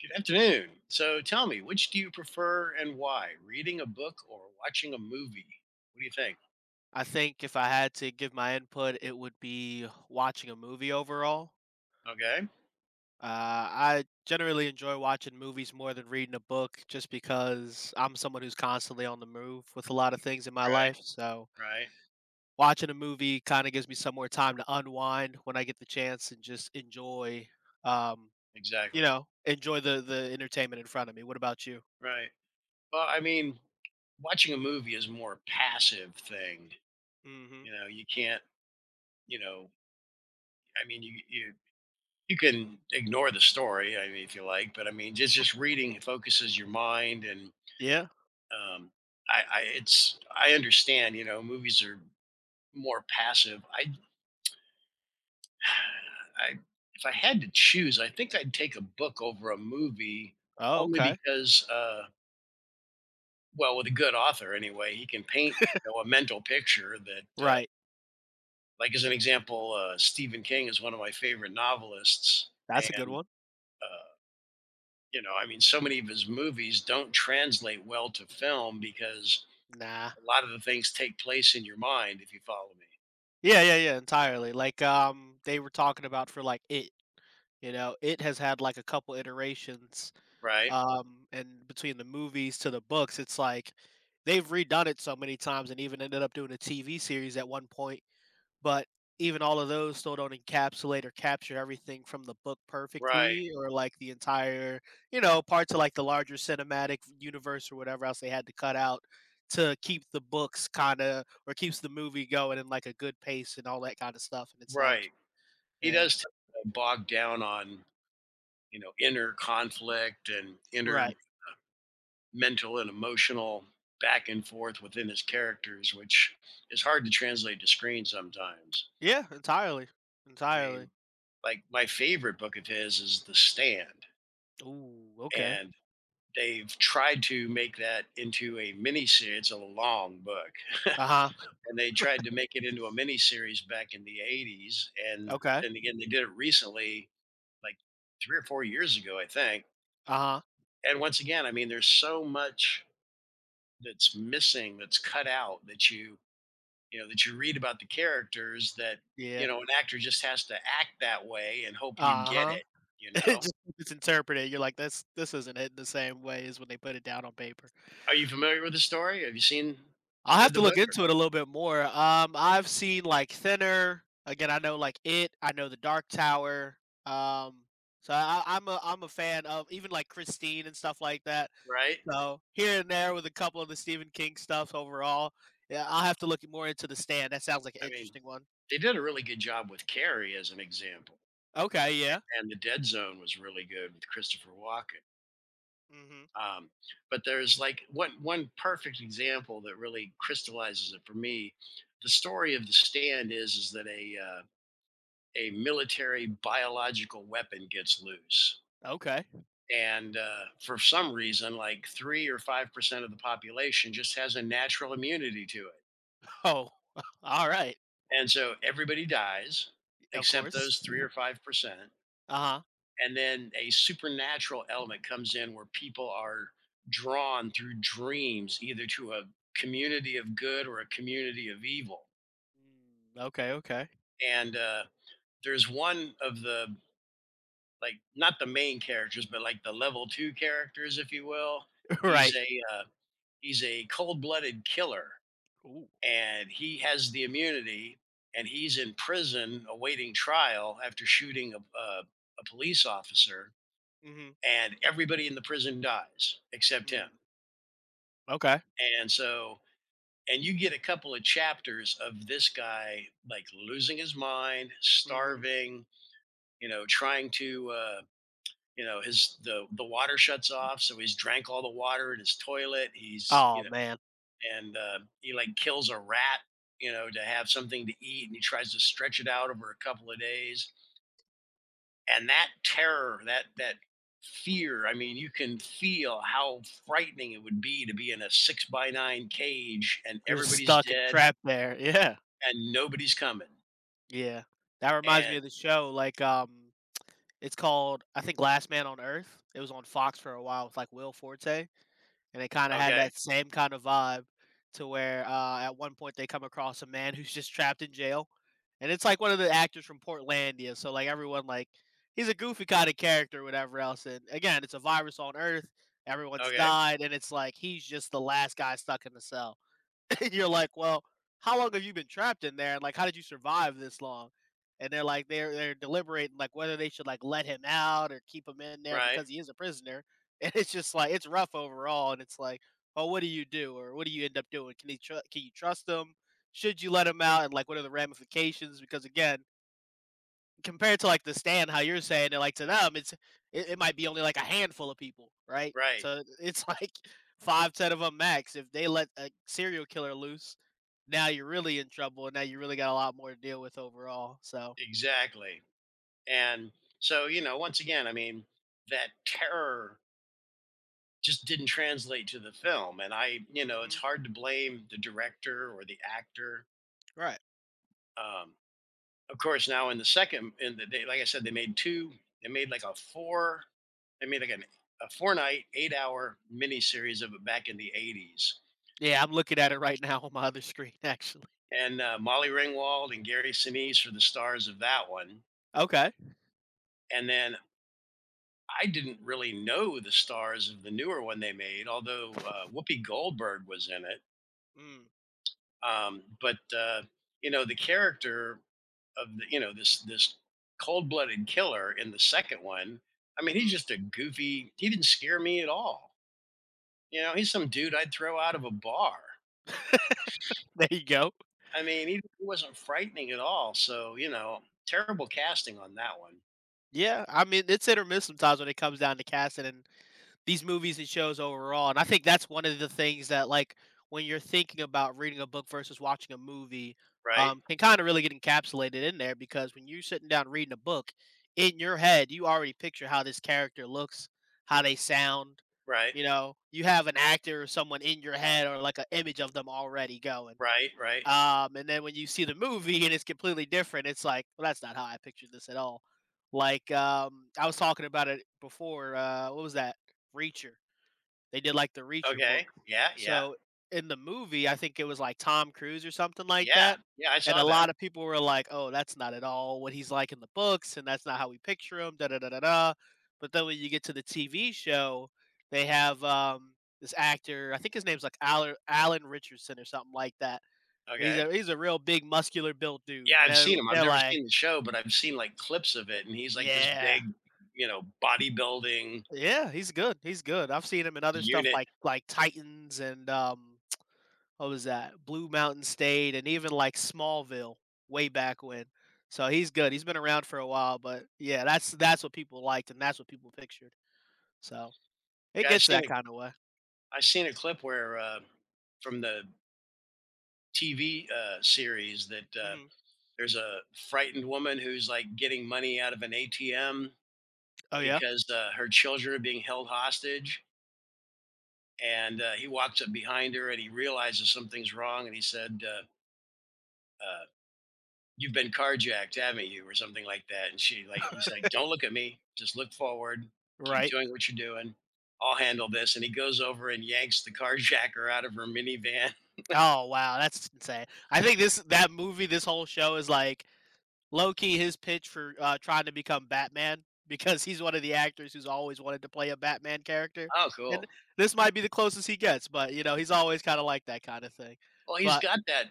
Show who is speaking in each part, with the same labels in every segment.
Speaker 1: Good afternoon. So tell me, which do you prefer and why? Reading a book or watching a movie? What do you think?
Speaker 2: I think if I had to give my input, it would be watching a movie overall.
Speaker 1: Okay.
Speaker 2: I generally enjoy watching movies more than reading a book just because I'm someone who's constantly on the move with a lot of things in my
Speaker 1: Right.
Speaker 2: life. So,
Speaker 1: Right.
Speaker 2: watching a movie kind of gives me some more time to unwind when I get the chance and just um,
Speaker 1: Exactly.
Speaker 2: enjoy the entertainment in front of me. What about you?
Speaker 1: Right. Well, I mean, watching a movie is a more passive thing.
Speaker 2: Mm hmm.
Speaker 1: You know, you can't, you know, I mean, you can ignore the story, I mean, if you like, but I mean, just reading focuses your mind. And,
Speaker 2: Yeah.
Speaker 1: um, I understand, you know, movies are more passive. I if I had to choose, I think I'd take a book over a movie
Speaker 2: Oh,
Speaker 1: only
Speaker 2: okay.
Speaker 1: because well, with a good author anyway, he can paint, you know, a mental picture that
Speaker 2: Right.
Speaker 1: like as an example, Stephen King is one of my favorite novelists,
Speaker 2: That's a good
Speaker 1: and
Speaker 2: one.
Speaker 1: uh you know, I mean, so many of his movies don't translate well to film because
Speaker 2: Nah.
Speaker 1: a lot of the things take place in your mind, if you follow me,
Speaker 2: Yeah, yeah, yeah, entirely. Like, they were talking about for like it has had like a couple iterations,
Speaker 1: right?
Speaker 2: and between the movies to the books, it's like they've redone it so many times and even ended up doing a TV series at one point but even all of those still don't encapsulate or capture everything from the book
Speaker 1: Right,
Speaker 2: perfectly or, like, the entire, parts of, like, the larger cinematic universe or whatever else they had to cut out to keep the books kinda or keeps the movie going in, like, a good pace and all that kinda stuff, and it's like.
Speaker 1: right. He
Speaker 2: Yeah.
Speaker 1: does bogged down on, inner conflict and
Speaker 2: Right.
Speaker 1: inner mental and emotional back and forth within his characters, which is hard to translate to screen sometimes.
Speaker 2: Yeah, entirely.
Speaker 1: I
Speaker 2: Entirely.
Speaker 1: mean, like, my favorite book of his is The Stand.
Speaker 2: Ooh, okay.
Speaker 1: And they've tried to make that into a mini series it's a long book.
Speaker 2: Uh-huh.
Speaker 1: And they tried to make it into a mini series back in the 80s, and
Speaker 2: Okay.
Speaker 1: then again they did it recently, like, 3 or 4 years ago, I think.
Speaker 2: Uh-huh.
Speaker 1: And once again, I mean, there's so much that's missing, that's cut out, that you know that you read about the characters, that you
Speaker 2: Yeah.
Speaker 1: know an actor just has to act that way and hope you get
Speaker 2: Uh-huh.
Speaker 1: it. You
Speaker 2: It
Speaker 1: know,
Speaker 2: just it's interpreted, you're like, "This isn't it in the same way as when they put it down on paper."
Speaker 1: are you familiar with the story? Have you seen
Speaker 2: I'll have
Speaker 1: read
Speaker 2: to
Speaker 1: the
Speaker 2: look
Speaker 1: book?
Speaker 2: into it a little bit more. I've seen like Thinner. Again, I know like it. I know the Dark Tower. Um, so I'm a fan of even like Christine and stuff like that.
Speaker 1: Right?
Speaker 2: So here and there with a couple of the Stephen King stuff overall. Yeah, I'll have to look more into the stand. That sounds like an
Speaker 1: I mean,
Speaker 2: interesting one.
Speaker 1: they did a really good job with Carrie as an example,
Speaker 2: Okay. Yeah.
Speaker 1: and The Dead Zone was really good with Christopher Walken.
Speaker 2: Hmm.
Speaker 1: Um, but there's, like, one perfect example that really crystallizes it for me. The story of The Stand is that a, a military biological weapon gets loose.
Speaker 2: Okay.
Speaker 1: And, for some reason, like, three or 5% of the population just has a natural immunity to it.
Speaker 2: Oh. All right.
Speaker 1: And so everybody dies
Speaker 2: Of
Speaker 1: except
Speaker 2: course.
Speaker 1: those three or 5%.
Speaker 2: Uh huh.
Speaker 1: And then a supernatural element comes in where people are drawn through dreams either to a community of good or a community of evil.
Speaker 2: Okay. Okay.
Speaker 1: And, there's one of the, like, not the main characters, but like the level two characters, if you will. He's
Speaker 2: Right.
Speaker 1: a uh, he's a cold blooded killer,
Speaker 2: Ooh.
Speaker 1: and he has the immunity, and he's in prison awaiting trial after shooting a police officer,
Speaker 2: Hmm.
Speaker 1: and everybody in the prison dies except him.
Speaker 2: Mm. Okay.
Speaker 1: And so, and you get a couple of chapters of this guy, like, losing his mind,
Speaker 2: Hmm.
Speaker 1: starving, you know, trying to, you know, his the water shuts off, so he's drank all the water in his toilet, he's,
Speaker 2: Oh,
Speaker 1: you know.
Speaker 2: man.
Speaker 1: And, he, like, kills a rat, you know, to have something to eat, and he tries to stretch it out over a couple of days. And that terror, that fear, I mean, you can feel how frightening it would be to be in a six by nine cage, and
Speaker 2: Just
Speaker 1: everybody's
Speaker 2: stuck and
Speaker 1: dead
Speaker 2: trapped there. Yeah.
Speaker 1: and nobody's coming.
Speaker 2: Yeah. That reminds me
Speaker 1: And
Speaker 2: of the show, like, it's called, I think, Last Man on Earth. It was on Fox for a while with, like, Will Forte, and it kinda had
Speaker 1: okay.
Speaker 2: that same kind of vibe to where, at one point, they come across a man who's just trapped in jail, and it's, like, one of the actors from Portlandia, so, like, everyone, like he's a goofy kinda character, whatever else, and, again, it's a virus on Earth, everyone's
Speaker 1: Okay.
Speaker 2: died, and it's like he's just the last guy stuck in the cell. And you're like, well, how long have you been trapped in there? And like, how did you survive this long? And they're like, they're deliberating like whether they should like let him out or keep him in there
Speaker 1: Right.
Speaker 2: because he is a prisoner. And it's just like it's rough overall. And it's like, oh, what do you do or what do you end up doing? Can you trust him? Should you let him out? And like, what are the ramifications? Because again, compared to like the stand, how you're saying it, like to them, it might be only like a handful of people, right?
Speaker 1: Right.
Speaker 2: So it's like five, ten of them max. If they let a serial killer loose, now you're really in trouble, and now you really got a lot more to deal with overall. So.
Speaker 1: Exactly. And so, you know, once again, I mean, that terror just didn't translate to the film. And I, you know, it's
Speaker 2: Hmm.
Speaker 1: hard to blame the director or the actor.
Speaker 2: Right?
Speaker 1: Um, of course, now in the second, in the day, like I said, they made two, they made like a four, they made like an, a 4 night, 8 hour miniseries of it back in the 80s.
Speaker 2: Yeah, I'm looking at it right now on my other screen, actually.
Speaker 1: And, Molly Ringwald and Gary Sinise were the stars of that one.
Speaker 2: Okay.
Speaker 1: And then I didn't really know the stars of the newer one they made, although, Whoopi Goldberg was in it.
Speaker 2: Mm-hmm.
Speaker 1: But, you know, the character of the, you know, this cold-blooded killer in the second one. I mean, he's just a goofy. He didn't scare me at all. You know, he's some dude I'd throw out of a bar.
Speaker 2: There you go.
Speaker 1: I mean, he wasn't frightening at all. So, you know, terrible casting on that one.
Speaker 2: Yeah, I mean it's hit or miss sometimes when it comes down to casting and these movies and shows overall. And I think that's one of the things that like when you're thinking about reading a book versus watching a movie,
Speaker 1: Right,
Speaker 2: can kind of really get encapsulated in there because when you're sitting down reading a book, in your head you already picture how this character looks, how they sound.
Speaker 1: right,
Speaker 2: You know, you have an actor or someone in your head or like an image of them already going.
Speaker 1: right, right.
Speaker 2: And then when you see the movie and it's completely different, it's like, well, that's not how I pictured this at all. Like, I was talking about it before. What was that? Reacher. They did like the Reacher book.
Speaker 1: Okay, yeah, yeah,
Speaker 2: So in the movie, I think it was like Tom Cruise or something like
Speaker 1: yeah,
Speaker 2: that.
Speaker 1: yeah, I
Speaker 2: And
Speaker 1: saw
Speaker 2: a
Speaker 1: that.
Speaker 2: lot of people were like, oh, that's not at all what he's like in the books. And that's not how we picture him. Da da da da da. But then when you get to the TV show, they have this actor. I think his name's like Alan Richardson or something like that but he's
Speaker 1: Okay.
Speaker 2: a real big muscular built dude.
Speaker 1: Yeah,
Speaker 2: And
Speaker 1: I've
Speaker 2: they're,
Speaker 1: seen him. I've
Speaker 2: they're
Speaker 1: never
Speaker 2: like,
Speaker 1: seen the show, but I've seen, like, clips of it, and he's, like, this
Speaker 2: yeah,
Speaker 1: big, you know, bodybuilding
Speaker 2: yeah, he's good. He's good. I've seen him in other stuff
Speaker 1: unit.
Speaker 2: like Titans and what was that Blue Mountain State and even like Smallville way back when. So he's good. He's been around for a while, but yeah, that's what people liked and that's what people pictured. So it
Speaker 1: Yeah, I've
Speaker 2: gets
Speaker 1: seen
Speaker 2: that
Speaker 1: a
Speaker 2: kind of way.
Speaker 1: clip where, from the TV, series that,
Speaker 2: Hmm.
Speaker 1: there's a frightened woman who's, like, getting money out of an ATM
Speaker 2: Oh yeah,
Speaker 1: because, her children are being held hostage, and, he walks up behind her, and he realizes something's wrong, and he said, uh you've been carjacked, haven't you? Or something like that. And she, like, he's like, "Don't look at me, just look forward, keep
Speaker 2: right.
Speaker 1: doing what you're doing. I'll handle this." And he goes over and yanks the carjacker out of her minivan.
Speaker 2: Oh wow, that's insane. I think this that movie, this whole show is like low key his pitch for trying to become Batman because he's one of the actors who's always wanted to play a Batman character,
Speaker 1: Oh,
Speaker 2: and
Speaker 1: cool.
Speaker 2: this might be the closest he gets. But you know, he's always kind of like that kind of thing.
Speaker 1: Well, he's
Speaker 2: But
Speaker 1: got that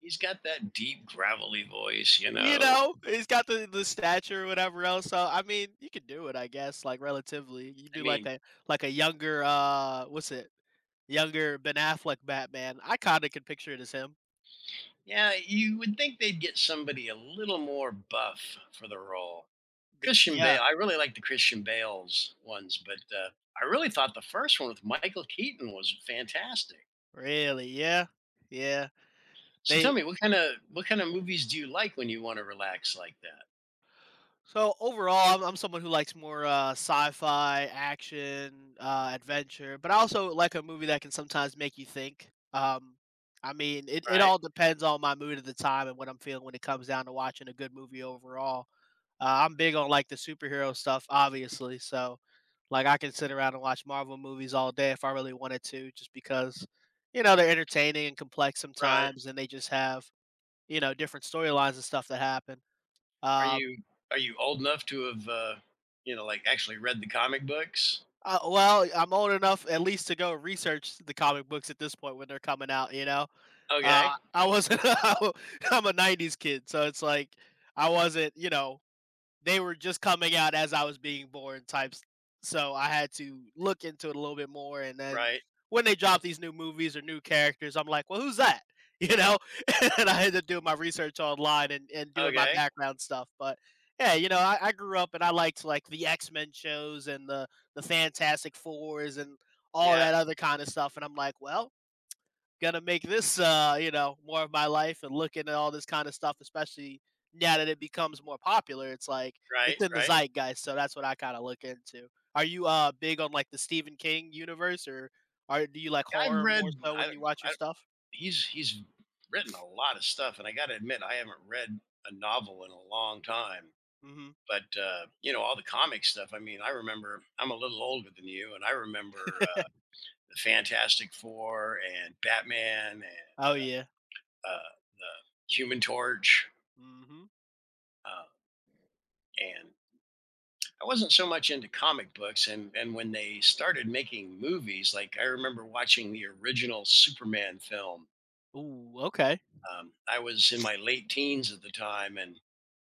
Speaker 1: he's got that deep gravelly voice, you
Speaker 2: you
Speaker 1: know.
Speaker 2: know, he's got the stature or whatever else. So I mean, you can do it, I guess. Like relatively, you
Speaker 1: I
Speaker 2: do like
Speaker 1: mean,
Speaker 2: a younger what's it? Younger Ben Affleck Batman. I kind of can picture it as him.
Speaker 1: yeah, you would think they'd get somebody a little more buff for the role. Christian
Speaker 2: Yeah,
Speaker 1: Bale, I really like the Christian Bale's ones, but, I really thought the first one with Michael Keaton was fantastic.
Speaker 2: really, yeah, yeah.
Speaker 1: So tell
Speaker 2: They
Speaker 1: me, what kind of movies do you like when you want to relax like that?
Speaker 2: So overall, I'm someone who likes more sci-fi, action, adventure, but I also like a movie that can sometimes make you think. I mean, it
Speaker 1: Right,
Speaker 2: all depends on my mood at the time and what I'm feeling when it comes down to watching a good movie overall. I'm big on like the superhero stuff, obviously. So, like, I can sit around and watch Marvel movies all day if I really wanted to, just because, you know, they're entertaining and complex
Speaker 1: right.
Speaker 2: sometimes, and they just have you know different storylines and stuff that happen.
Speaker 1: Are
Speaker 2: Um,
Speaker 1: you are you old enough to have, you know, like, actually read the comic books?
Speaker 2: Well, I'm old enough at least to go research the comic books at this point when they're coming out, you know?
Speaker 1: Okay,
Speaker 2: I wasn't I'm a 90s kid, so it's like I wasn't, you know, they were just coming out as I was being born types. So I had to look into it a little bit more. And then
Speaker 1: right.
Speaker 2: when they drop these new movies or new characters, I'm like, well, who's that? You know? And I had to do my research online and doing my
Speaker 1: Okay,
Speaker 2: background stuff. But yeah, you know, I grew up and I liked like the X Men shows and the Fantastic Fours and all
Speaker 1: yeah,
Speaker 2: that other kind of stuff. And I'm like, well, gonna make this more of my life and looking at all this kind of stuff especially now that it becomes more popular it's like
Speaker 1: right,
Speaker 2: it's in the
Speaker 1: right.
Speaker 2: zeitgeist so that's what I kind of look into. Are you big on like the Stephen King universe or are do you like
Speaker 1: I've
Speaker 2: horror more
Speaker 1: read.
Speaker 2: so
Speaker 1: I
Speaker 2: when
Speaker 1: don't.
Speaker 2: you watch
Speaker 1: I,
Speaker 2: your
Speaker 1: don't-
Speaker 2: stuff?
Speaker 1: he's written a lot of stuff, and I got to admit, I haven't read a novel in a long time.
Speaker 2: Hmm.
Speaker 1: But, you know, all the comic stuff. I mean, I remember. I'm a little older than you, and I remember, the Fantastic Four and Batman and,
Speaker 2: Oh yeah.
Speaker 1: uh, the Human Torch,
Speaker 2: Hmm.
Speaker 1: uh, and I wasn't so much into comic books. And when they started making movies, like, I remember watching the original Superman film.
Speaker 2: Ooh, okay.
Speaker 1: I was in my late teens at the time, and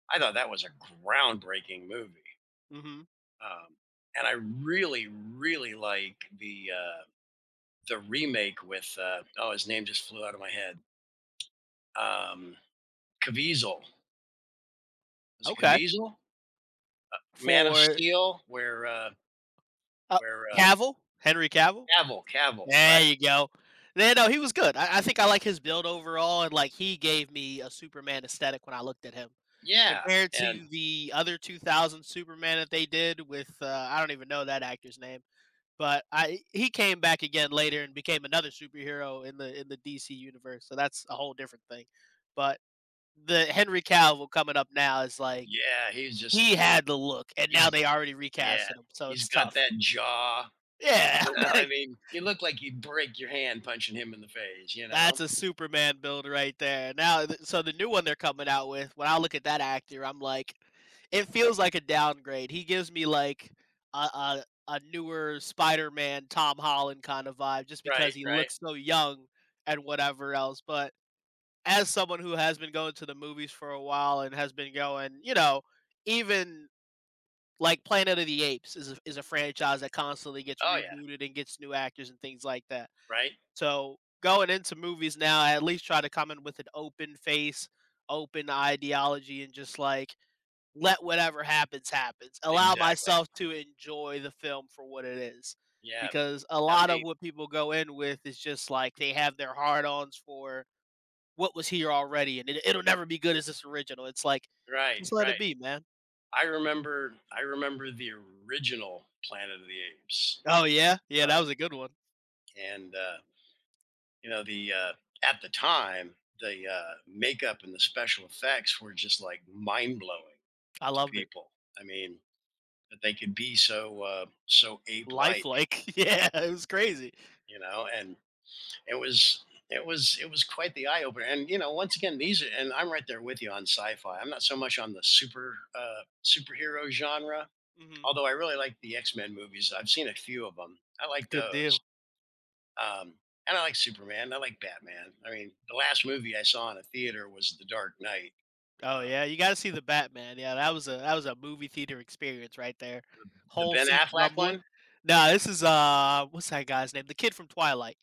Speaker 1: I thought that was a groundbreaking movie.
Speaker 2: Hmm.
Speaker 1: Um, and I really, really like the, the remake with, oh, his name just flew out of my head. Um, Caviezel, was it
Speaker 2: Okay.
Speaker 1: Caviezel? Man of
Speaker 2: For.
Speaker 1: Steel, where,
Speaker 2: uh,
Speaker 1: where,
Speaker 2: Cavill, Henry Cavill.
Speaker 1: Cavill, Cavill, right.
Speaker 2: There you go. Yeah, no, he was good. I think I like his build overall, and like he gave me a Superman aesthetic when I looked at him,
Speaker 1: Yeah,
Speaker 2: compared
Speaker 1: and
Speaker 2: to the other 2000 Superman that they did with I don't even know that actor's name, but I he came back again later and became another superhero in the DC universe. So that's a whole different thing. But the Henry Cavill coming up now is like
Speaker 1: yeah, he's just,
Speaker 2: he had the look, and now
Speaker 1: he's,
Speaker 2: they already
Speaker 1: yeah,
Speaker 2: recasted him, so
Speaker 1: he's
Speaker 2: it's
Speaker 1: got
Speaker 2: tough.
Speaker 1: that jaw,
Speaker 2: Yeah,
Speaker 1: you know. I mean, you look like you'd break your hand punching him in the face, you
Speaker 2: that's
Speaker 1: know?
Speaker 2: a Superman build right there. Now, so the new one they're coming out with, when I look at that actor, I'm like, it feels like a downgrade. He gives me like a newer Spider-Man, Tom Holland kind of vibe, just because
Speaker 1: Right,
Speaker 2: he
Speaker 1: right.
Speaker 2: looks so young and whatever else. But as someone who has been going to the movies for a while and has been going, you know, even like Planet of the Apes is a franchise that constantly gets
Speaker 1: Oh, yeah,
Speaker 2: rebooted and gets new actors and things like that.
Speaker 1: right?
Speaker 2: So going into movies now, I at least try to come in with an open face, open ideology, and just like let whatever happens happens. Allow
Speaker 1: Exactly.
Speaker 2: myself to enjoy the film for what it is,
Speaker 1: Yeah.
Speaker 2: because a
Speaker 1: Now
Speaker 2: lot of
Speaker 1: see,
Speaker 2: what people go in with is just like they have their hard-ons for what was here already, and it'll never be good as this original. It's like
Speaker 1: right,
Speaker 2: just let it
Speaker 1: right.
Speaker 2: be, man.
Speaker 1: I remember the original Planet of the Apes,
Speaker 2: Oh yeah, yeah, that was
Speaker 1: um,
Speaker 2: a good one.
Speaker 1: and, you know, the at the time, the makeup and the special effects were just, like, mind blowing
Speaker 2: I
Speaker 1: to
Speaker 2: loved it.
Speaker 1: people. I mean, that they could be so, so ape like,
Speaker 2: Lifelike, yeah, it was crazy.
Speaker 1: you know, and it was it was quite the eye opener. And you know, once again, these are, and I'm right there with you on sci-fi. I'm not so much on the, superhero genre,
Speaker 2: Hmm.
Speaker 1: although I really like the X Men movies. I've seen a few of them. I like
Speaker 2: Good
Speaker 1: those.
Speaker 2: deal.
Speaker 1: Um, and I like Superman. I like Batman. I mean, the last movie I saw in a theater was The Dark Knight.
Speaker 2: Oh
Speaker 1: Um,
Speaker 2: yeah, you gotta see the Batman. Yeah, that was a movie theater experience right there.
Speaker 1: the
Speaker 2: Whole
Speaker 1: Ben
Speaker 2: seats
Speaker 1: Affleck
Speaker 2: rumbling.
Speaker 1: one?
Speaker 2: Nah, this is what's that guy's name? The kid from Twilight.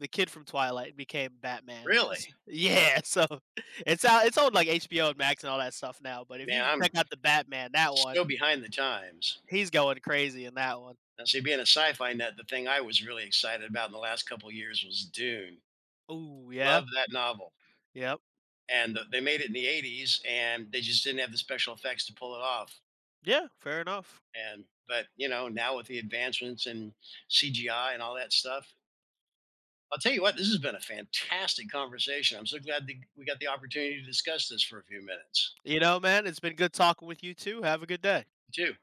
Speaker 2: The kid from Twilight became Batman.
Speaker 1: Really?
Speaker 2: Yeah, so it's out it's on like HBO and Max and all that stuff now. But if
Speaker 1: Man,
Speaker 2: you
Speaker 1: I'm
Speaker 2: check out the Batman, that one,
Speaker 1: so behind the times.
Speaker 2: he's going crazy in that one.
Speaker 1: Now, see, being a sci-fi nut, the thing I was really excited about in the last couple of years was Dune.
Speaker 2: Oh yeah.
Speaker 1: Love that novel.
Speaker 2: Yep.
Speaker 1: And they made it in the 80s, and they just didn't have the special effects to pull it off.
Speaker 2: Yeah, fair enough.
Speaker 1: And but you know, now with the advancements in CGI and all that stuff, I'll tell you what, this has been a fantastic conversation. I'm so glad that we got the opportunity to discuss this for a few minutes.
Speaker 2: You know, man, it's been good talking with you too. Have a good day.
Speaker 1: You too.